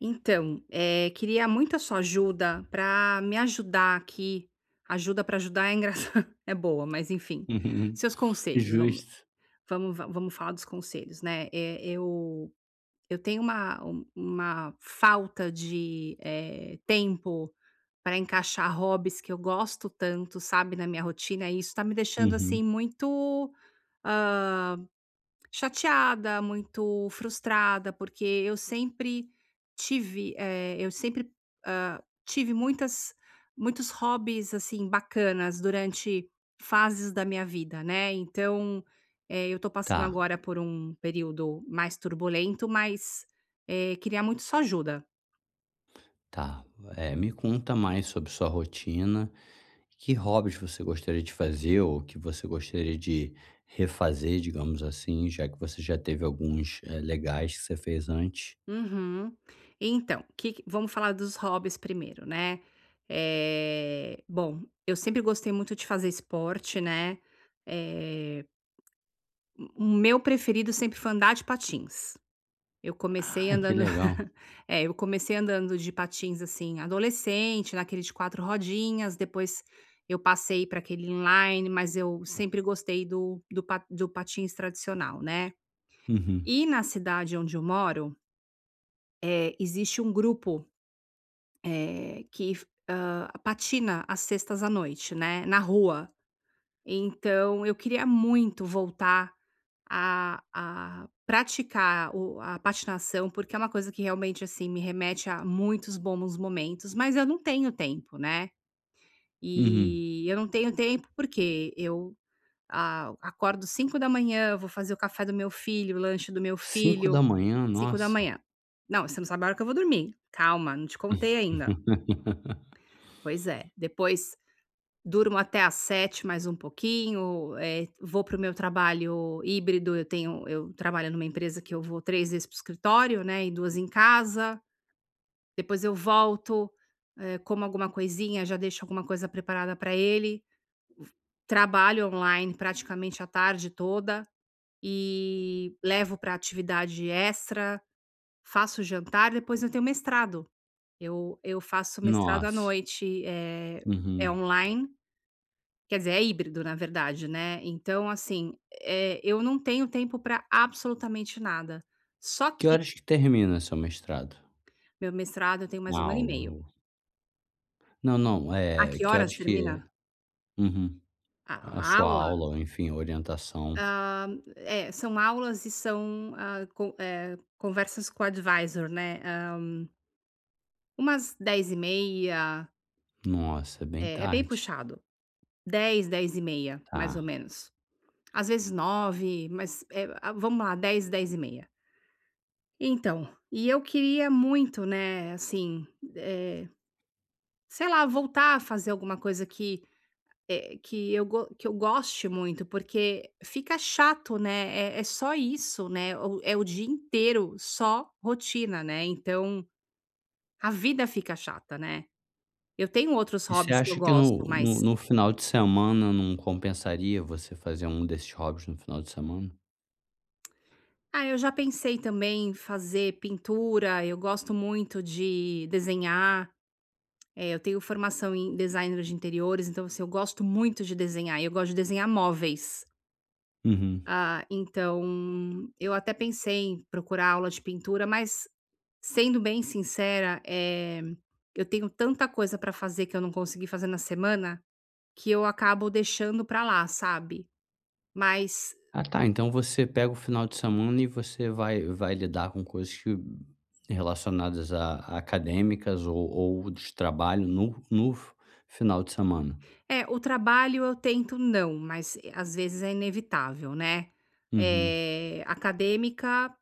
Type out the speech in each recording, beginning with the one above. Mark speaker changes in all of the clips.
Speaker 1: Então, queria muito a sua ajuda para me ajudar aqui. Ajuda para ajudar é engraçado, é boa, mas enfim.
Speaker 2: Uhum.
Speaker 1: Seus conselhos, vamos
Speaker 2: Justo.
Speaker 1: vamos va vamos falar dos conselhos, né. Eu tenho uma falta de, tempo para encaixar hobbies que eu gosto tanto, sabe, na minha rotina, e isso está me deixando, assim,
Speaker 2: Uhum.
Speaker 1: muito, ah, chateada, muito frustrada, porque eu sempre tive, eu sempre, hã, tive muitas muitos hobbies, assim, bacanas durante fases da minha vida, né. Então, eu tô
Speaker 2: Tá,
Speaker 1: passando agora por um período mais turbulento, mas, queria muito sua ajuda.
Speaker 2: tá. Me conta mais sobre sua rotina. Que hobbies você gostaria de fazer ou que você gostaria de refazer, digamos assim, já que você já teve alguns, legais que você fez antes?
Speaker 1: Uhum. Então, que vamos falar dos hobbies primeiro, né. Bom, eu sempre gostei muito de fazer esporte, né. eh O meu preferido sempre foi andar de patins. Eu comecei
Speaker 2: Ah, que
Speaker 1: andando
Speaker 2: legal.
Speaker 1: é, eu comecei andando de patins, assim, adolescente, naquele de 4 rodinhas. Depois eu passei para aquele inline, mas eu sempre gostei do patins tradicional, né.
Speaker 2: Uhum,
Speaker 1: E na cidade onde eu moro, existe um grupo, que f patina às sextas à noite, né, na rua. Então eu queria muito voltar a praticar o a patinação, porque é uma coisa que realmente, assim, me remete a muitos bons momentos, mas eu não tenho tempo, né.
Speaker 2: uhum.
Speaker 1: E eu não tenho tempo, porque eu a acordo 5 da manhã, vou fazer o café do meu filho, o lanche do meu filho,
Speaker 2: 5h?
Speaker 1: cinco da
Speaker 2: Nossa.
Speaker 1: manhã "Não, você não sabe a hora que eu vou dormir. Calma, não te contei ainda". Pois é. Depois durmo até às 7 mais um pouquinho, vou para o meu trabalho híbrido. Eu trabalho numa empresa que eu vou 3 vezes para o escritório, né, e 2 em casa. Depois eu volto, como alguma coisinha, já deixo alguma coisa preparada para ele, trabalho online praticamente a tarde toda e levo para atividade extra, faço jantar, depois eu tenho mestrado. Eu faço mestrado à
Speaker 2: Nossa.
Speaker 1: noite. É
Speaker 2: Uhum.
Speaker 1: online. Quer dizer, é híbrido, na verdade, né. Então, assim, eu não tenho tempo para absolutamente nada. Só
Speaker 2: Que
Speaker 1: que
Speaker 2: horas que termina seu mestrado?
Speaker 1: meu mestrado eu tenho mais
Speaker 2: A
Speaker 1: um ano e
Speaker 2: aula.
Speaker 1: meio.
Speaker 2: Não, não,
Speaker 1: A
Speaker 2: é
Speaker 1: que
Speaker 2: que horas
Speaker 1: horas
Speaker 2: que
Speaker 1: termina
Speaker 2: é? Uhum.
Speaker 1: a
Speaker 2: A
Speaker 1: a
Speaker 2: sua
Speaker 1: aula?
Speaker 2: aula ou enfim, orientação.
Speaker 1: Ah, é, são aulas e são, conversas com o advisor, né. Umas 10h30.
Speaker 2: Nossa, é bem
Speaker 1: É bem
Speaker 2: tarde,
Speaker 1: puxado. 10h, 10h30, mais
Speaker 2: tá.
Speaker 1: ou menos. Às vezes 9h, mas, vamos lá, 10h, 10h30. Então, e eu queria muito, né, assim, eh, sei lá, voltar a fazer alguma coisa que, eh, que eu go que eu goste muito, porque fica chato, né. É só isso, né, o é o dia inteiro só rotina, né, então a vida fica chata, né. Eu tenho outros
Speaker 2: E você
Speaker 1: hobbies que eu
Speaker 2: acha que
Speaker 1: gosto,
Speaker 2: no no
Speaker 1: mas
Speaker 2: no final de semana não compensaria você fazer um desses hobbies no final de semana?
Speaker 1: eu já pensei também em fazer pintura. Eu gosto muito de desenhar. É, eu tenho formação em designer de interiores, então, assim, eu gosto muito de desenhar, e eu gosto de desenhar móveis.
Speaker 2: Uhum.
Speaker 1: Ah, então, eu até pensei em procurar aula de pintura, mas, sendo bem sincera, eu tenho tanta coisa para fazer que eu não consegui fazer na semana, que eu acabo deixando para lá, sabe. Mas,
Speaker 2: Ah, tá, então você pega o final de semana e você vai lidar com coisas que relacionadas a acadêmicas ou de trabalho no final de semana.
Speaker 1: é, o trabalho eu tento não, mas, às vezes é inevitável, né.
Speaker 2: Uhum,
Speaker 1: Acadêmica,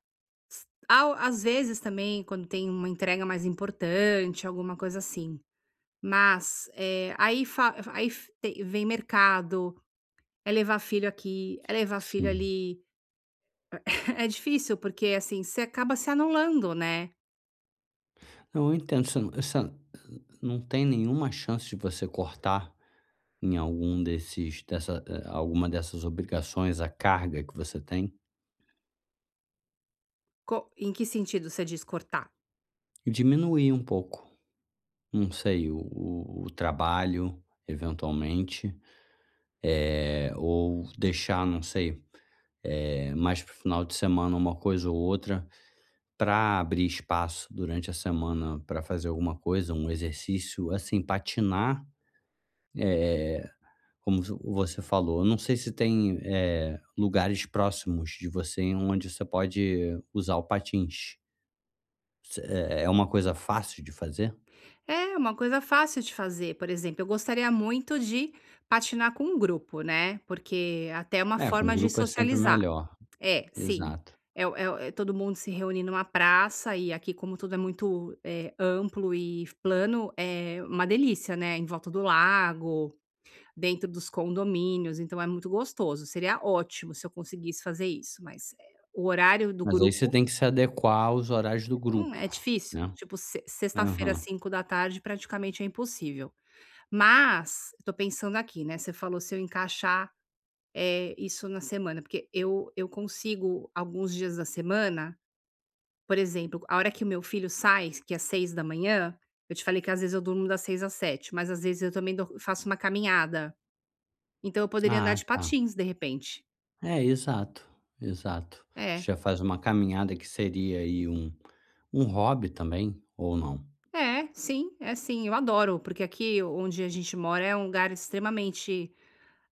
Speaker 1: Ao às vezes também, quando tem uma entrega mais importante, alguma coisa assim. Mas, aí fa aí f te vem mercado, é levar filho aqui, é levar filho
Speaker 2: sim.
Speaker 1: ali. É difícil, porque, assim, você acaba se anulando, né.
Speaker 2: Não, eu entendo, você não tem nenhuma chance de você cortar em algum desses dessa alguma dessas obrigações, a carga que você tem,
Speaker 1: Co Em que sentido você diz cortar?
Speaker 2: e diminuir um pouco, não sei, o trabalho, eventualmente, ou deixar, não sei, mais para o final de semana uma coisa ou outra, para abrir espaço durante a semana para fazer alguma coisa, um exercício, assim, patinar, eh, como vo você falou, eu não sei se tem, lugares próximos de você onde você pode usar o patins. Se é uma coisa fácil de fazer?
Speaker 1: É, uma coisa fácil de fazer. Por exemplo, eu gostaria muito de patinar com um grupo, né, porque até é uma
Speaker 2: É, com
Speaker 1: forma de
Speaker 2: grupo é sempre
Speaker 1: socializar.
Speaker 2: melhor.
Speaker 1: É, sim.
Speaker 2: Exato.
Speaker 1: É o é o é Todo mundo se reúne numa praça, e aqui como tudo é muito, amplo e plano, é uma delícia, né, em volta do lago, dentro dos condomínios. Então é muito gostoso, seria ótimo se eu conseguisse fazer isso, mas, o horário do
Speaker 2: Mas aí você
Speaker 1: grupo,
Speaker 2: tem que se adequar aos horários do grupo,
Speaker 1: é difícil,
Speaker 2: né.
Speaker 1: tipo se sexta-feira às
Speaker 2: Aham.
Speaker 1: da tarde praticamente é impossível. Mas, eu tô pensando aqui, né, você falou se eu encaixar, isso na semana, porque eu consigo alguns dias da semana. Por exemplo, a hora que o meu filho sai, que é 6 da manhã. Eu te falei que às vezes eu durmo das 6 às 7, mas às vezes eu também dou faço uma caminhada. Então eu poderia andar
Speaker 2: Ah,
Speaker 1: de
Speaker 2: tá.
Speaker 1: patins, de repente.
Speaker 2: É, exato, exato.
Speaker 1: É.
Speaker 2: Você já faz uma caminhada que seria aí um hobby também, ou não?
Speaker 1: É sim, eu adoro, porque aqui onde a gente mora é um lugar extremamente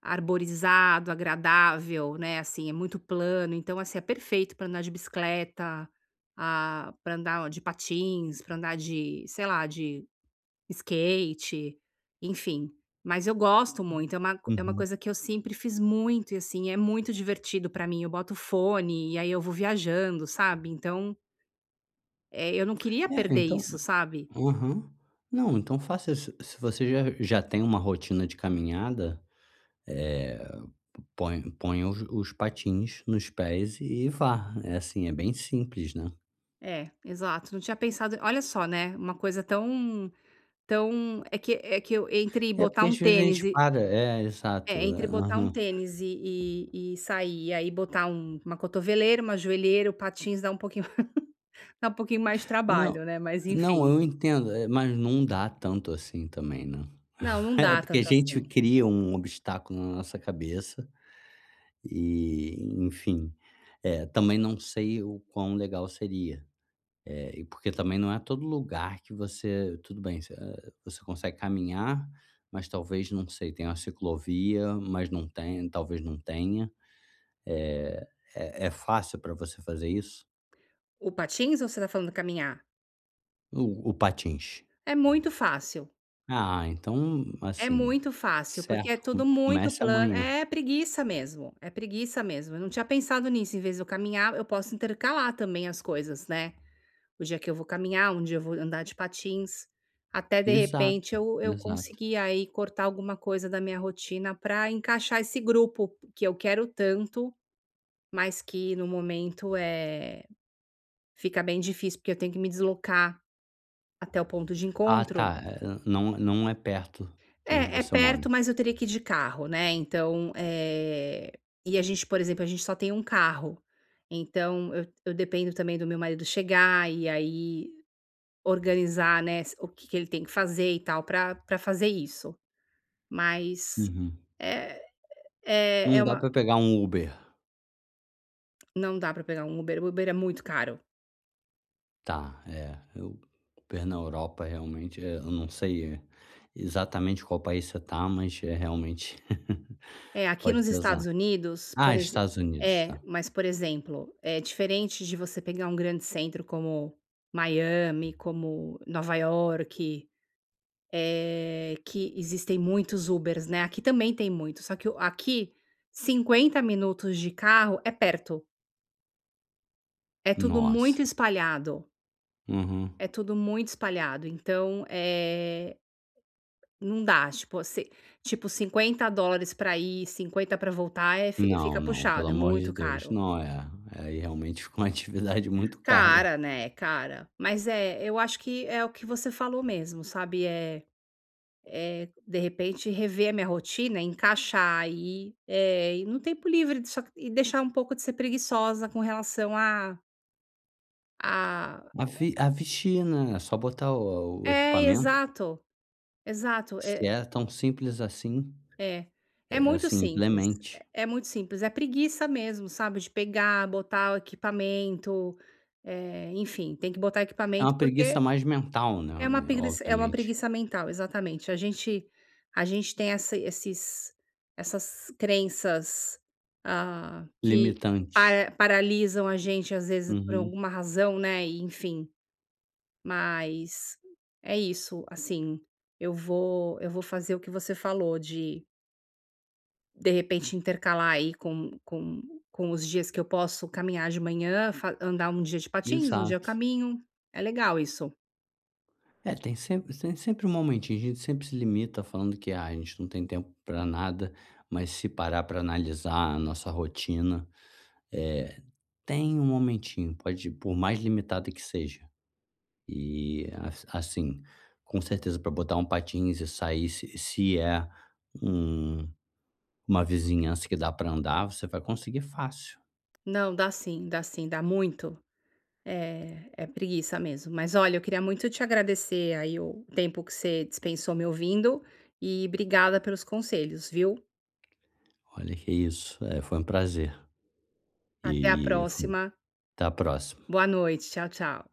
Speaker 1: arborizado, agradável, né, assim, é muito plano. Então, assim, é perfeito para andar de bicicleta, pra andar de patins, para andar de, sei lá, de skate, enfim. Mas eu gosto muito. É uma
Speaker 2: Uhum.
Speaker 1: coisa que eu sempre fiz muito e, assim, é muito divertido pra mim. Eu boto fone e aí eu vou viajando, sabe. Então, eu não queria
Speaker 2: É,
Speaker 1: perder
Speaker 2: então,
Speaker 1: isso, sabe.
Speaker 2: aham. Não, então faça isso. Se você já tem uma rotina de caminhada, eh, põe ponha os patins nos pés e vá. É assim, é bem simples, né.
Speaker 1: É, exato, não tinha pensado, olha só, né, uma coisa tão tão, é que eu, entre
Speaker 2: É porque
Speaker 1: botar um
Speaker 2: às vezes a
Speaker 1: tênis
Speaker 2: gente
Speaker 1: e,
Speaker 2: para é, exato. É,
Speaker 1: entre botar um
Speaker 2: aham.
Speaker 1: tênis e sair, e aí botar uma cotoveleira, uma joelheira. O patins dá um pouquinho dá um pouquinho mais de
Speaker 2: Não,
Speaker 1: trabalho, né, mas
Speaker 2: não,
Speaker 1: enfim.
Speaker 2: eu entendo, mas não dá tanto assim também, né.
Speaker 1: Não, não
Speaker 2: É
Speaker 1: dá
Speaker 2: porque a
Speaker 1: tanto
Speaker 2: gente
Speaker 1: assim.
Speaker 2: cria um obstáculo na nossa cabeça e, enfim, também não sei o quão legal seria, e porque também não é todo lugar que você tudo bem, você, você consegue caminhar, mas talvez, não sei, tenha uma ciclovia, mas não tem talvez não tenha. Eh, é fácil para você fazer isso?
Speaker 1: O patins ou você tá falando caminhar?
Speaker 2: O patins?
Speaker 1: É muito fácil,
Speaker 2: Ah, então,
Speaker 1: é
Speaker 2: assim,
Speaker 1: muito fácil, porque é
Speaker 2: certo, co
Speaker 1: tudo muito
Speaker 2: comece
Speaker 1: plano.
Speaker 2: amanhã.
Speaker 1: É preguiça mesmo, é preguiça mesmo. Eu não tinha pensado nisso. Em vez de eu caminhar, eu posso intercalar também as coisas, né. O dia que eu vou caminhar, um dia eu vou andar de patins, até de
Speaker 2: Exato,
Speaker 1: repente eu
Speaker 2: exato.
Speaker 1: conseguir aí cortar alguma coisa da minha rotina para encaixar esse grupo que eu quero tanto, mas que, no momento, fica bem difícil, porque eu tenho que me deslocar até o ponto de
Speaker 2: Ah,
Speaker 1: encontro?
Speaker 2: tá, não é perto de onde
Speaker 1: É, é
Speaker 2: você mora.
Speaker 1: perto, mas eu teria que ir de carro, né. Então, e a gente, por exemplo, a gente só tem um carro, então eu dependo também do meu marido chegar, e aí organizar, né, o que que ele tem que fazer e tal pra fazer isso. Mas
Speaker 2: Uhum.
Speaker 1: é é é
Speaker 2: Não dá
Speaker 1: uma
Speaker 2: pra pegar um Uber.
Speaker 1: não dá pra pegar um Uber, o Uber é muito caro.
Speaker 2: Tá, é, eu Uber na Europa realmente, eu não sei é, exatamente qual país você tá, mas é realmente
Speaker 1: É, aqui
Speaker 2: pode
Speaker 1: nos
Speaker 2: pesar.
Speaker 1: Estados Unidos, por
Speaker 2: Ah,
Speaker 1: exe
Speaker 2: Estados Unidos,
Speaker 1: é,
Speaker 2: tá.
Speaker 1: mas, por exemplo, é diferente de você pegar um grande centro como Miami, como Nova York, que existem muitos Ubers, né. Aqui também tem muito, só que o aqui 50 minutos de carro é perto, é tudo
Speaker 2: Nossa.
Speaker 1: muito espalhado,
Speaker 2: Uhum.
Speaker 1: é tudo muito espalhado. Então, não dá, tipo, se tipo $50 pra ir, 50 para voltar, eh, fi
Speaker 2: Não,
Speaker 1: fica
Speaker 2: não, pelo
Speaker 1: puxado, é
Speaker 2: amor de
Speaker 1: muito
Speaker 2: Deus.
Speaker 1: caro.
Speaker 2: Não, é, aí realmente fica uma atividade muito cara.
Speaker 1: Cara, né, cara. Mas é, eu acho que é o que você falou mesmo, sabe, é de repente rever a minha rotina, encaixar aí, é, e no tempo livre, só que e deixar um pouco de ser preguiçosa com relação a,
Speaker 2: A vestir, né, é só botar o
Speaker 1: é,
Speaker 2: equipamento.
Speaker 1: exato, exato,
Speaker 2: Se
Speaker 1: é
Speaker 2: é tão simples assim,
Speaker 1: é. É
Speaker 2: é
Speaker 1: muito
Speaker 2: assim,
Speaker 1: simples, é
Speaker 2: implemente.
Speaker 1: é muito simples, é preguiça mesmo, sabe, de pegar, botar o equipamento, enfim, tem que botar
Speaker 2: É
Speaker 1: equipamento
Speaker 2: uma preguiça
Speaker 1: porque
Speaker 2: mais mental, né,
Speaker 1: É uma
Speaker 2: obviamente,
Speaker 1: preguiça mental, exatamente. A gente tem essas crenças, que
Speaker 2: limitante.
Speaker 1: paralisam a gente, às vezes, por
Speaker 2: Uhum,
Speaker 1: alguma razão, né, e enfim. Mas é isso, assim, eu vou fazer o que você falou, de repente, intercalar aí com os dias que eu posso caminhar de manhã, fa andar um dia de patins, um dia eu
Speaker 2: exato.
Speaker 1: caminho. É legal isso.
Speaker 2: É, tem sempre um momentinho, a gente sempre se limita falando que: "Ah, a gente não tem tempo para nada", mas se parar para analisar a nossa rotina, eh, tem um momentinho, pode por mais limitada que seja. E as assim, com certeza para botar um patins e sair, se é um uma vizinhança que dá para andar, você vai conseguir fácil.
Speaker 1: Não, dá sim, dá sim, dá muito. É, é preguiça mesmo. Mas olha, eu queria muito te agradecer aí o tempo que você dispensou me ouvindo, e obrigada pelos conselhos, viu?
Speaker 2: Olha, que isso, foi um prazer
Speaker 1: Até a
Speaker 2: e foi
Speaker 1: próxima.
Speaker 2: até a próxima.
Speaker 1: Boa noite. Tchau, tchau.